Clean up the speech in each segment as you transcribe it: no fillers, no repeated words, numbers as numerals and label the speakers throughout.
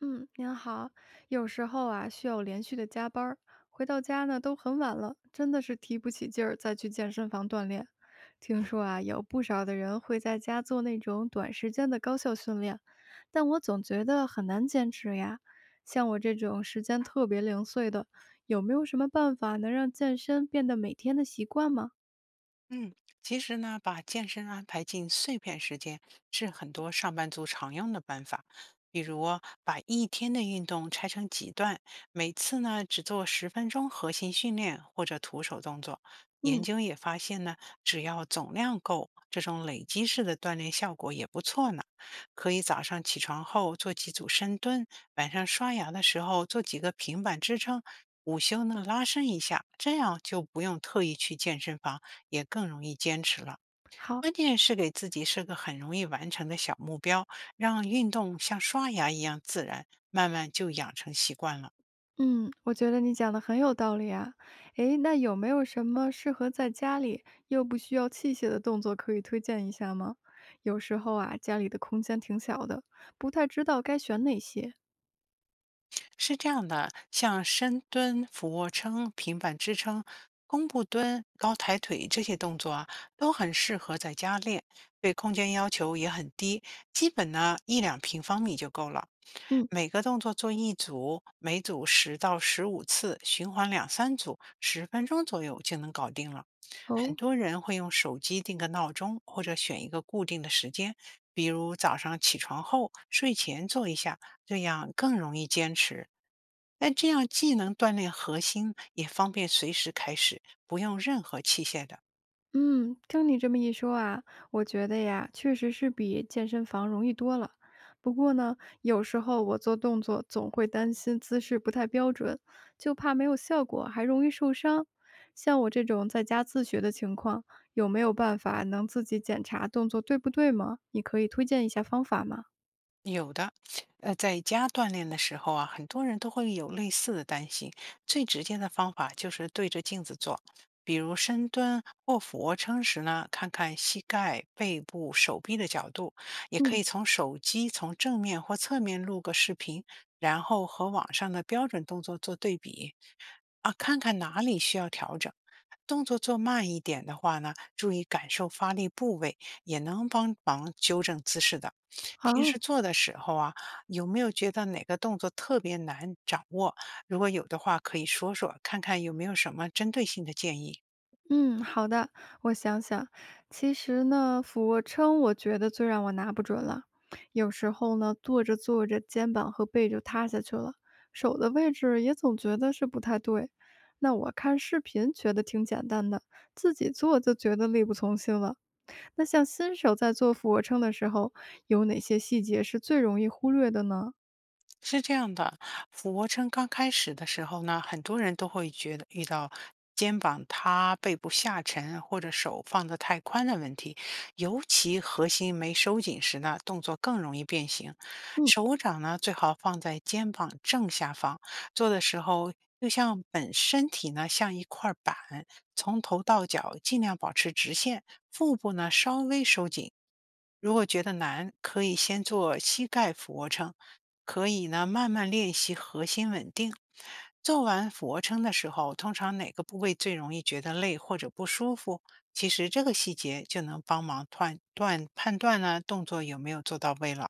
Speaker 1: 嗯，您好。有时候啊，需要连续的加班儿，回到家呢都很晚了，真的是提不起劲儿再去健身房锻炼。听说啊，有不少的人会在家做那种短时间的高效训练，但我总觉得很难坚持呀。像我这种时间特别零碎的，有没有什么办法能让健身变得每天的习惯吗？
Speaker 2: 嗯，其实呢，把健身安排进碎片时间是很多上班族常用的办法。比如把一天的运动拆成几段，每次呢只做十分钟核心训练或者徒手动作。研
Speaker 1: 嗯，
Speaker 2: 究也发现呢，只要总量够，这种累积式的锻炼效果也不错呢。可以早上起床后做几组深蹲，晚上刷牙的时候做几个平板支撑，午休呢拉伸一下，这样就不用特意去健身房。也更容易坚持了。
Speaker 1: 好。
Speaker 2: 关键是给自己设个很容易完成的小目标，让运动像刷牙一样自然，慢慢就养成习惯了。
Speaker 1: 嗯，我觉得你讲的很有道理啊。诶，那有没有什么适合在家里又不需要器械的动作可以推荐一下吗？有时候啊，家里的空间挺小的，不太知道该选哪些。
Speaker 2: 是这样的，像深蹲、俯卧撑、平板支撑、弓步蹲、高抬腿这些动作啊，都很适合在家练，对空间要求也很低，基本呢一两平方米就够了。
Speaker 1: 嗯。
Speaker 2: 每个动作做一组，每组10到15次，循环两三组，十分钟左右就能搞定了。很
Speaker 1: 哦，
Speaker 2: 多人会用手机定个闹钟，或者选一个固定的时间，比如早上起床后、睡前做一下，这样更容易坚持。那这样既能锻炼核心，也方便随时开始，不用任何器械的。
Speaker 1: 嗯，听你这么一说啊，我觉得呀，确实是比健身房容易多了。不过呢，有时候我做动作总会担心姿势不太标准，就怕没有效果，还容易受伤。像我这种在家自学的情况，有没有办法能自己检查动作对不对吗？你可以推荐一下方法吗？
Speaker 2: 有的，在家锻炼的时候啊，很多人都会有类似的担心。最直接的方法就是对着镜子做，比如深蹲或俯卧撑时呢，看看膝盖、背部、手臂的角度，也可
Speaker 1: 嗯，
Speaker 2: 以从手机从正面或侧面录个视频，然后和网上的标准动作做对比，啊，看看哪里需要调整。动作做慢一点的话呢，注意感受发力部位，也能帮忙纠正姿势的。平时
Speaker 1: 好，
Speaker 2: 做的时候啊，有没有觉得哪个动作特别难掌握？如果有的话，可以说说，看看有没有什么针对性的建议。
Speaker 1: 嗯，好的，我想想。其实呢，俯卧撑我觉得最让我拿不准了。有时候呢，做着做着，肩膀和背就塌下去了，手的位置也总觉得是不太对。那我看视频觉得挺简单的，自己做就觉得力不从心了。那像新手在做俯卧撑的时候，有哪些细节是最容易忽略的呢？
Speaker 2: 是这样的，俯卧撑刚开始的时候呢，很多人都会觉得遇到肩膀塌、背部下沉或者手放的太宽的问题，尤其核心没收紧时呢，动作更容易变形。
Speaker 1: 嗯。
Speaker 2: 手掌呢，最好放在肩膀正下方，做的时候就像本身体呢像一块板，从头到脚尽量保持直线，腹部呢稍微收紧。如果觉得难，可以先做膝盖俯卧撑，可以呢慢慢练习核心稳定。做完俯卧撑的时候，通常哪个部位最容易觉得累或者不舒服？其实这个细节就能帮忙判断判断呢动作有没有做到位了。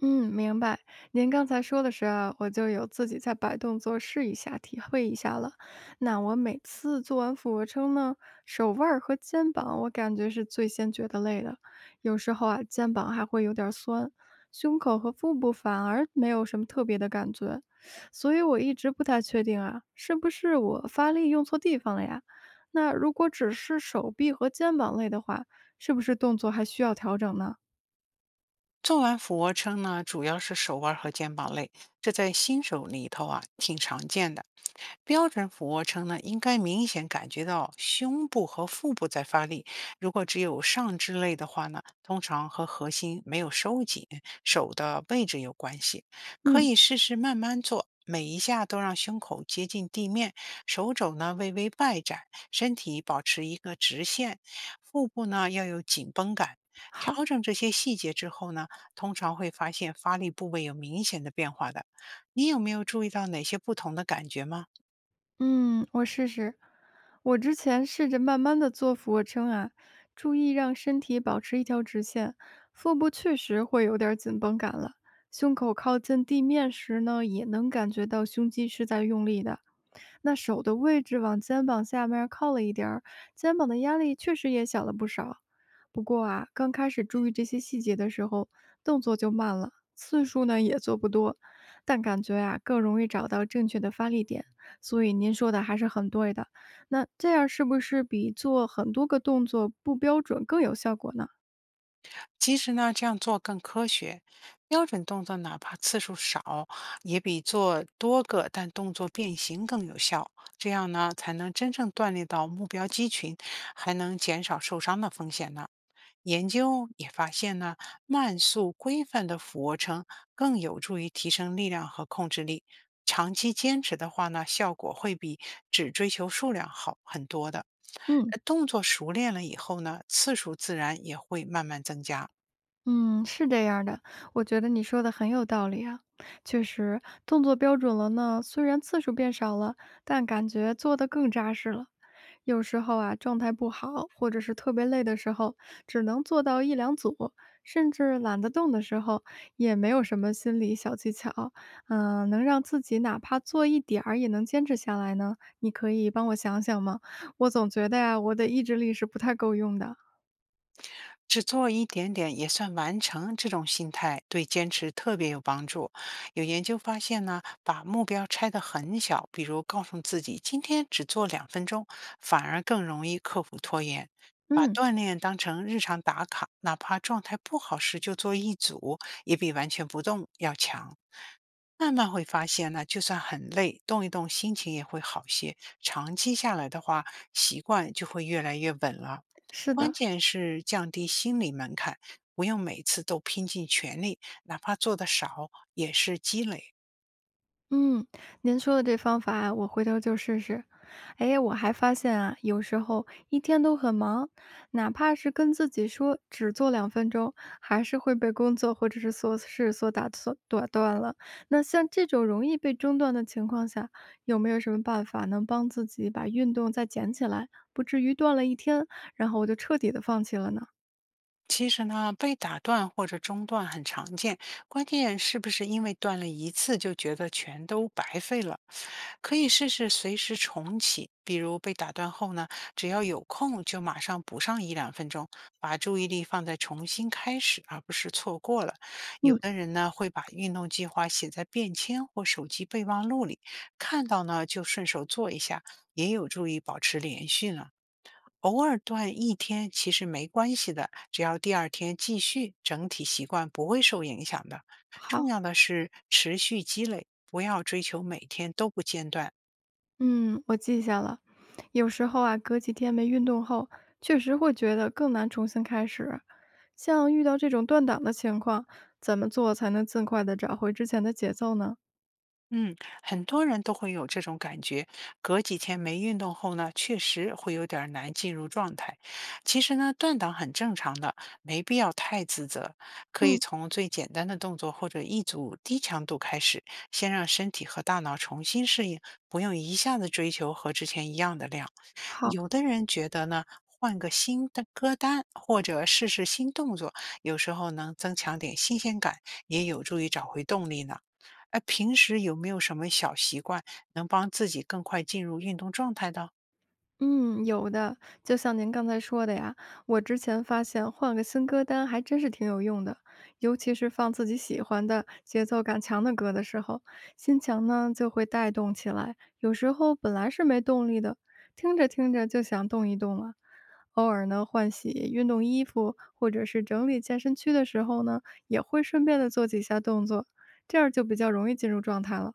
Speaker 1: 嗯，明白。您刚才说的时候，我就有自己在摆动作试一下、体会一下了。那我每次做完俯卧撑呢，手腕儿和肩膀，我感觉是最先觉得累的。有时候啊，肩膀还会有点儿酸，胸口和腹部反而没有什么特别的感觉。所以我一直不太确定啊，是不是我发力用错地方了呀？那如果只是手臂和肩膀累的话，是不是动作还需要调整呢？
Speaker 2: 做完俯卧撑呢，主要是手腕儿和肩膀累，这在新手里头啊挺常见的。标准俯卧撑呢，应该明显感觉到胸部和腹部在发力。如果只有上肢累的话呢，通常和核心没有收紧、手的位置有关系。可
Speaker 1: 嗯，
Speaker 2: 以试试慢慢做，每一下都让胸口接近地面，手肘呢微微外展，身体保持一个直线，腹部呢要有紧绷感。调
Speaker 1: 好。
Speaker 2: 整这些细节之后呢，通常会发现发力部位有明显的变化的。你有没有注意到哪些不同的感觉吗？
Speaker 1: 嗯，我试试。我之前试着慢慢的做俯卧撑啊，注意让身体保持一条直线，腹部确实会有点儿紧绷感了。胸口靠近地面时呢，也能感觉到胸肌是在用力的。那手的位置往肩膀下面儿靠了一点儿，肩膀的压力确实也小了不少。不过啊，刚开始注意这些细节的时候，动作就慢了，次数呢也做不多，但感觉啊更容易找到正确的发力点。所以您说的还是很对的。那这样是不是比做很多个动作不标准更有效果呢？
Speaker 2: 其实呢，这样做更科学。标准动作哪怕次数少，也比做多个但动作变形更有效。这样呢，才能真正锻炼到目标肌群，还能减少受伤的风险呢。研究也发现呢，慢速规范的俯卧撑更有助于提升力量和控制力。长期坚持的话呢，效果会比只追求数量好很多的。
Speaker 1: 嗯。
Speaker 2: 动作熟练了以后呢，次数自然也会慢慢增加。
Speaker 1: 嗯，是这样儿的，我觉得你说的很有道理啊。确实，动作标准了呢，虽然次数变少了，但感觉做的更扎实了。有时候啊，状态不好或者是特别累的时候，只能做到一两组，甚至懒得动的时候，也没有什么心理小技巧。嗯、能让自己哪怕做一点儿也能坚持下来呢？你可以帮我想想吗？我总觉得呀、我的意志力是不太够用的。
Speaker 2: 只做一点点也算完成，这种心态对坚持特别有帮助。有研究发现呢，把目标拆得很小，比如告诉自己今天只做两分钟，反而更容易克服拖延。把
Speaker 1: 嗯，
Speaker 2: 锻炼当成日常打卡，哪怕状态不好时就做一组，也比完全不动要强。慢慢会发现呢，就算很累，动一动心情也会好些。长期下来的话，习惯就会越来越稳了。
Speaker 1: 是
Speaker 2: 关
Speaker 1: 的。
Speaker 2: 键是降低心理门槛，不用每次都拼尽全力，哪怕做的少，也是积累。
Speaker 1: 嗯，您说的这方法啊，我回头就试试。哎，我还发现啊，有时候一天都很忙，哪怕是跟自己说只做2分钟，还是会被工作或者是琐事所打断了。那像这种容易被中断的情况下，有没有什么办法能帮自己把运动再捡起来，不至于断了一天，然后我就彻底的放弃了呢？
Speaker 2: 其实呢，被打断或者中断很常见，关键是不是因为断了一次就觉得全都白费了？可以试试随时重启，比如被打断后呢，只要有空就马上补上一两分钟，把注意力放在重新开始，而不是错过了。有
Speaker 1: 嗯，
Speaker 2: 的人呢，会把运动计划写在便签或手机备忘录里，看到呢就顺手做一下，也有助于保持连续呢。偶尔断一天其实没关系的，只要第二天继续，整体习惯不会受影响的。重
Speaker 1: 好。
Speaker 2: 要的是持续积累，不要追求每天都不间断。
Speaker 1: 嗯，我记下了。有时候啊，隔几天没运动后，确实会觉得更难重新开始。像遇到这种断档的情况，怎么做才能尽快的找回之前的节奏呢？
Speaker 2: 嗯，很多人都会有这种感觉，隔几天没运动后呢，确实会有点儿难进入状态。其实呢，断档很正常的，没必要太自责，可以
Speaker 1: 嗯，
Speaker 2: 从最简单的动作或者一组低强度开始，先让身体和大脑重新适应，不用一下子追求和之前一样的量。
Speaker 1: 好，
Speaker 2: 有的人觉得呢。换个新的歌单，或者试试新动作，有时候能增强点新鲜感，也有助于找回动力呢。哎，平时有没有什么小习惯能帮自己更快进入运动状态的？
Speaker 1: 嗯，有的，就像您刚才说的呀，我之前发现换个新歌单还真是挺有用的，尤其是放自己喜欢的、节奏感强的歌的时候，心情呢就会带动起来。有时候本来是没动力的，听着听着就想动一动了。偶尔呢，换洗运动衣服或者是整理健身区的时候呢，也会顺便的做几下动作，这样就比较容易进入状态了。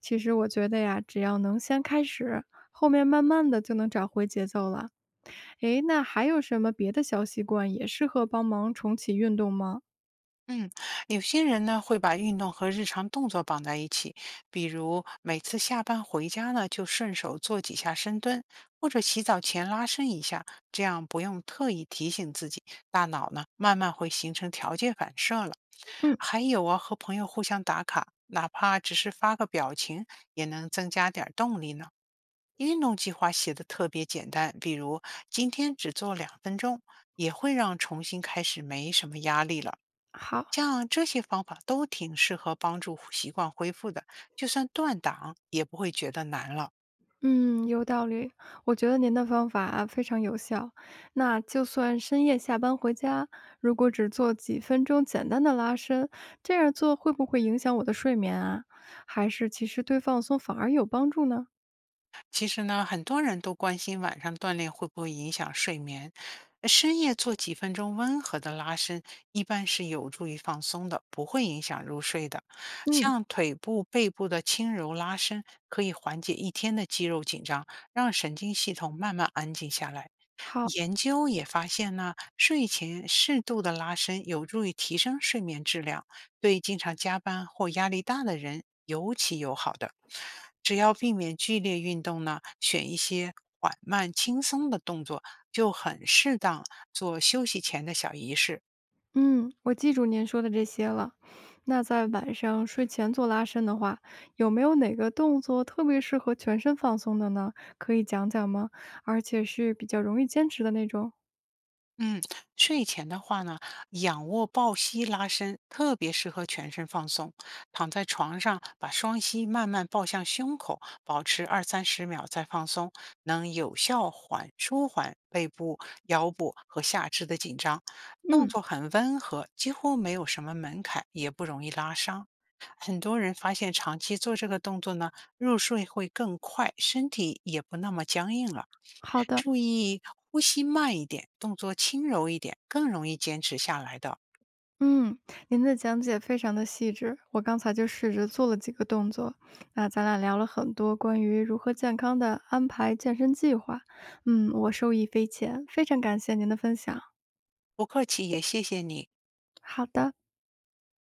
Speaker 1: 其实我觉得呀，只要能先开始，后面慢慢的就能找回节奏了。诶，那还有什么别的小习惯也适合帮忙重启运动吗？
Speaker 2: 嗯，有些人呢会把运动和日常动作绑在一起，比如每次下班回家呢就顺手做几下深蹲，或者洗澡前拉伸一下，这样不用特意提醒自己，大脑呢慢慢会形成条件反射了。
Speaker 1: 嗯，
Speaker 2: 还有啊，和朋友互相打卡，哪怕只是发个表情，也能增加点儿动力呢。运动计划写的特别简单，比如今天只做两分钟，也会让重新开始没什么压力了。
Speaker 1: 好。
Speaker 2: 像这些方法都挺适合帮助习惯恢复的，就算断档也不会觉得难了。
Speaker 1: 嗯，有道理。我觉得您的方法非常有效。那就算深夜下班回家，如果只做几分钟简单的拉伸，这样做会不会影响我的睡眠啊？还是其实对放松反而有帮助呢？
Speaker 2: 其实呢，很多人都关心晚上锻炼会不会影响睡眠。深夜做几分钟温和的拉伸，一般是有助于放松的，不会影响入睡的。
Speaker 1: 嗯，
Speaker 2: 像腿部、背部的轻柔拉伸，可以缓解一天的肌肉紧张，让神经系统慢慢安静下来。
Speaker 1: 好。
Speaker 2: 研究也发现呢，睡前适度的拉伸有助于提升睡眠质量，对经常加班或压力大的人尤其友好的。只要避免剧烈运动呢，选一些缓慢轻松的动作，就很适当做休息前的小仪式。
Speaker 1: 嗯，我记住您说的这些了。那在晚上睡前做拉伸的话，有没有哪个动作特别适合全身放松的呢？可以讲讲吗？而且是比较容易坚持的那种。
Speaker 2: 嗯，睡前的话呢，仰卧抱膝拉伸特别适合全身放松。躺在床上，把双膝慢慢抱向胸口，保持二三十秒再放松，能有效缓舒缓背部、腰部和下肢的紧张。动
Speaker 1: 嗯，
Speaker 2: 作很温和，几乎没有什么门槛，也不容易拉伤。很多人发现长期做这个动作呢，入睡会更快，身体也不那么僵硬了。
Speaker 1: 好的。
Speaker 2: 注意呼吸慢一点，动作轻柔一点，更容易坚持下来的。
Speaker 1: 嗯，您的讲解非常的细致，我刚才就试着做了几个动作。那咱俩聊了很多关于如何健康的安排健身计划，嗯，我受益匪浅，非常感谢您的分享。
Speaker 2: 不客气，也谢谢你。
Speaker 1: 好的。